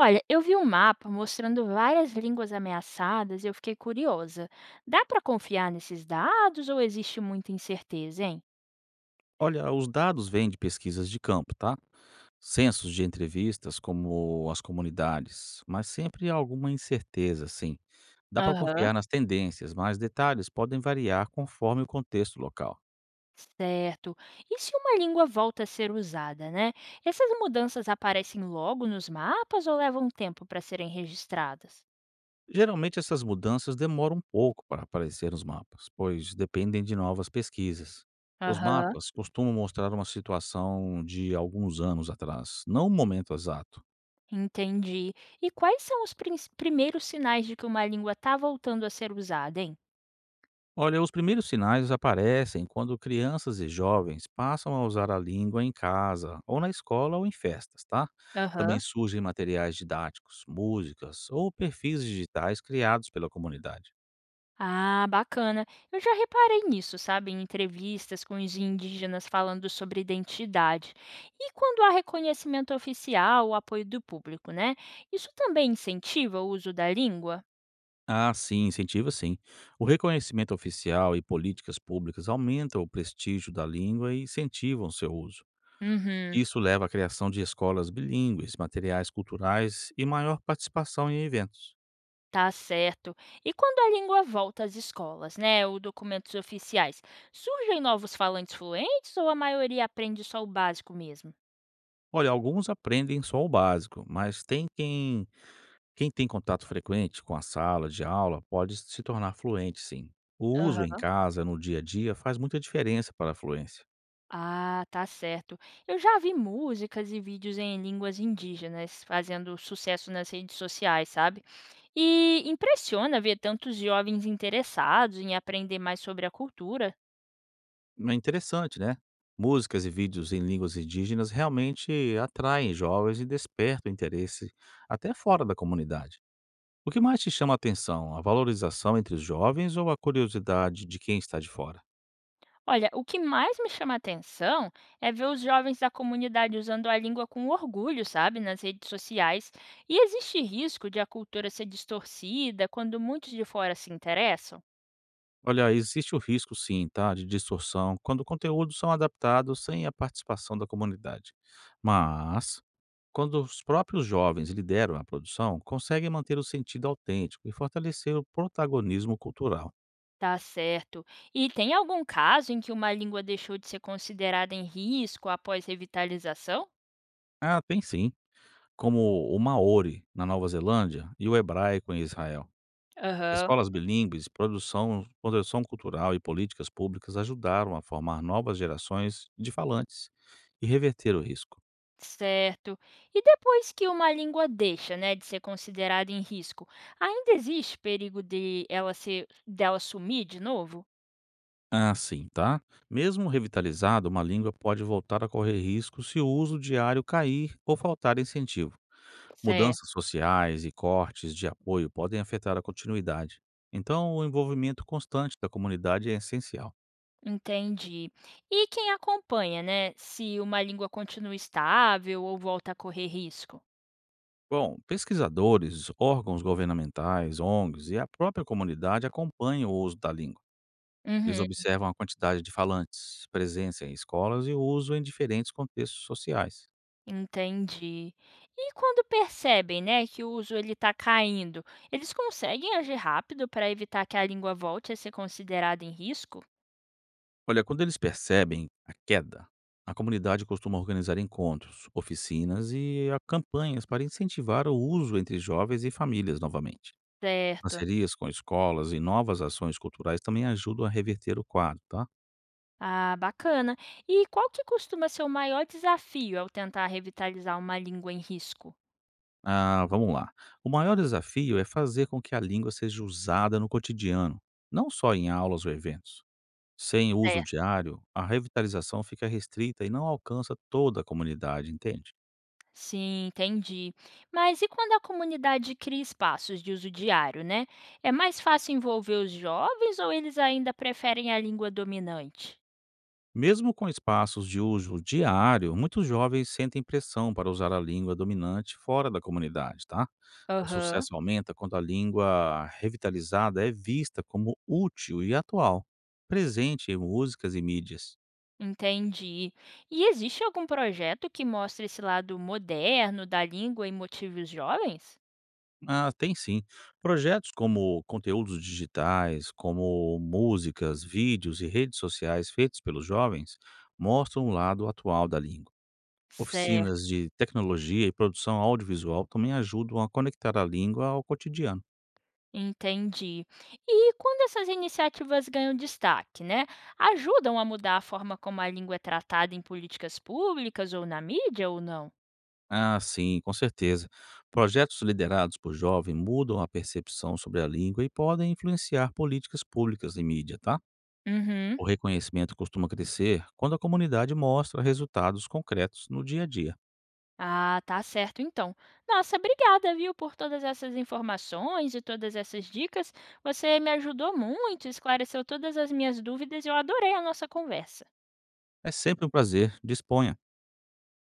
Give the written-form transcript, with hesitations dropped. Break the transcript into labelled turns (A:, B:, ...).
A: Olha, eu vi um mapa mostrando várias línguas ameaçadas e eu fiquei curiosa. Dá para confiar nesses dados ou existe muita incerteza, hein?
B: Olha, os dados vêm de pesquisas de campo, tá? Censos de entrevistas, como as comunidades, mas sempre há alguma incerteza, sim. Dá para
A: Aham.
B: confiar nas tendências, mas detalhes podem variar conforme o contexto local.
A: Certo. E se uma língua volta a ser usada, né? Essas mudanças aparecem logo nos mapas ou levam tempo para serem registradas?
B: Geralmente, essas mudanças demoram um pouco para aparecer nos mapas, pois dependem de novas pesquisas. Os
A: Aham.
B: mapas costumam mostrar uma situação de alguns anos atrás, não o momento exato.
A: Entendi. E quais são os primeiros sinais de que uma língua está voltando a ser usada, hein?
B: Olha, os primeiros sinais aparecem quando crianças e jovens passam a usar a língua em casa, ou na escola ou em festas, tá? Também
A: Aham.
B: surgem materiais didáticos, músicas ou perfis digitais criados pela comunidade.
A: Ah, bacana. Eu já reparei nisso, sabe, em entrevistas com os indígenas falando sobre identidade. E quando há reconhecimento oficial, o apoio do público, né? Isso também incentiva o uso da língua?
B: Ah, sim, incentiva sim. O reconhecimento oficial e políticas públicas aumentam o prestígio da língua e incentivam seu uso.
A: Uhum,
B: Isso leva à criação de escolas bilíngues, materiais culturais e maior participação em eventos.
A: tá certo. E quando a língua volta às escolas, né, ou documentos oficiais, surgem novos falantes fluentes ou a maioria aprende só o básico mesmo?
B: Olha, alguns aprendem só o básico, mas tem quem Quem tem contato frequente com a sala de aula pode se tornar fluente, sim. O uso em casa, no dia a dia, faz muita diferença para a fluência.
A: Ah, tá certo. Eu já vi músicas e vídeos em línguas indígenas fazendo sucesso nas redes sociais, sabe? E impressiona ver tantos jovens interessados em aprender mais sobre a cultura.
B: É interessante, né? Músicas e vídeos em línguas indígenas realmente atraem jovens e despertam interesse até fora da comunidade. O que mais te chama a atenção? A valorização entre os jovens ou a curiosidade de quem está de fora?
A: Olha, o que mais me chama atenção é ver os jovens da comunidade usando a língua com orgulho, sabe, nas redes sociais. E existe risco de a cultura ser distorcida quando muitos de fora se interessam?
B: Olha, existe o risco sim, tá, de distorção quando conteúdos são adaptados sem a participação da comunidade. Mas, quando os próprios jovens lideram a produção, conseguem manter o sentido autêntico e fortalecer o protagonismo cultural.
A: Tá certo. E tem algum caso em que uma língua deixou de ser considerada em risco após revitalização?
B: Ah, tem sim, como o Maori na Nova Zelândia e o hebraico em Israel.
A: Aham,
B: Escolas bilíngues, produção cultural e políticas públicas ajudaram a formar novas gerações de falantes e reverter o risco.
A: certo. E depois que uma língua deixa, né, de ser considerada em risco, ainda existe perigo de ela ser, dela sumir de novo?
B: Ah, sim, tá? Mesmo revitalizada, uma língua pode voltar a correr risco se o uso diário cair ou faltar incentivo.
A: Certo.
B: Mudanças sociais e cortes de apoio podem afetar a continuidade. Então, o envolvimento constante da comunidade é essencial.
A: Entendi. E quem acompanha, né, se uma língua continua estável ou volta a correr risco?
B: Bom, pesquisadores, órgãos governamentais, ONGs e a própria comunidade acompanham o uso da língua. Eles
A: Uhum.
B: observam a quantidade de falantes, presença em escolas e o uso em diferentes contextos sociais.
A: Entendi. E quando percebem, né, que o uso ele está caindo, eles conseguem agir rápido para evitar que a língua volte a ser considerada em risco?
B: Olha, quando eles percebem a queda, a comunidade costuma organizar encontros, oficinas e campanhas para incentivar o uso entre jovens e famílias novamente.
A: Certo.
B: Parcerias com escolas e novas ações culturais também ajudam a reverter o quadro, tá?
A: Ah, bacana. E qual que costuma ser o maior desafio ao tentar revitalizar uma língua em risco?
B: Ah, vamos lá. O maior desafio é fazer com que a língua seja usada no cotidiano, não só em aulas ou eventos. Sem uso
A: Certo.
B: diário, a revitalização fica restrita e não alcança toda a comunidade, entende?
A: Sim, entendi. Mas e quando a comunidade cria espaços de uso diário, né? É mais fácil envolver os jovens ou eles ainda preferem a língua dominante?
B: Mesmo com espaços de uso diário, muitos jovens sentem pressão para usar a língua dominante fora da comunidade, tá? O
A: Aham.
B: sucesso aumenta quando a língua revitalizada é vista como útil e atual, presente em músicas e mídias.
A: Entendi. E existe algum projeto que mostre esse lado moderno da língua e motive os jovens?
B: Ah, tem sim. Projetos como conteúdos digitais, como músicas, vídeos e redes sociais feitos pelos jovens mostram o lado atual da língua. Oficinas
A: Certo,
B: de tecnologia e produção audiovisual também ajudam a conectar a língua ao cotidiano.
A: entendi. E quando essas iniciativas ganham destaque, né? Ajudam a mudar a forma como a língua é tratada em políticas públicas ou na mídia ou não?
B: Ah, sim, com certeza. Projetos liderados por jovens mudam a percepção sobre a língua e podem influenciar políticas públicas e mídia, tá?
A: Uhum.
B: O reconhecimento costuma crescer quando a comunidade mostra resultados concretos no dia a dia.
A: Ah, tá certo então. Nossa, obrigada, viu, por todas essas informações e todas essas dicas. Você me ajudou muito, esclareceu todas as minhas dúvidas e eu adorei a nossa conversa.
B: É sempre um prazer, disponha.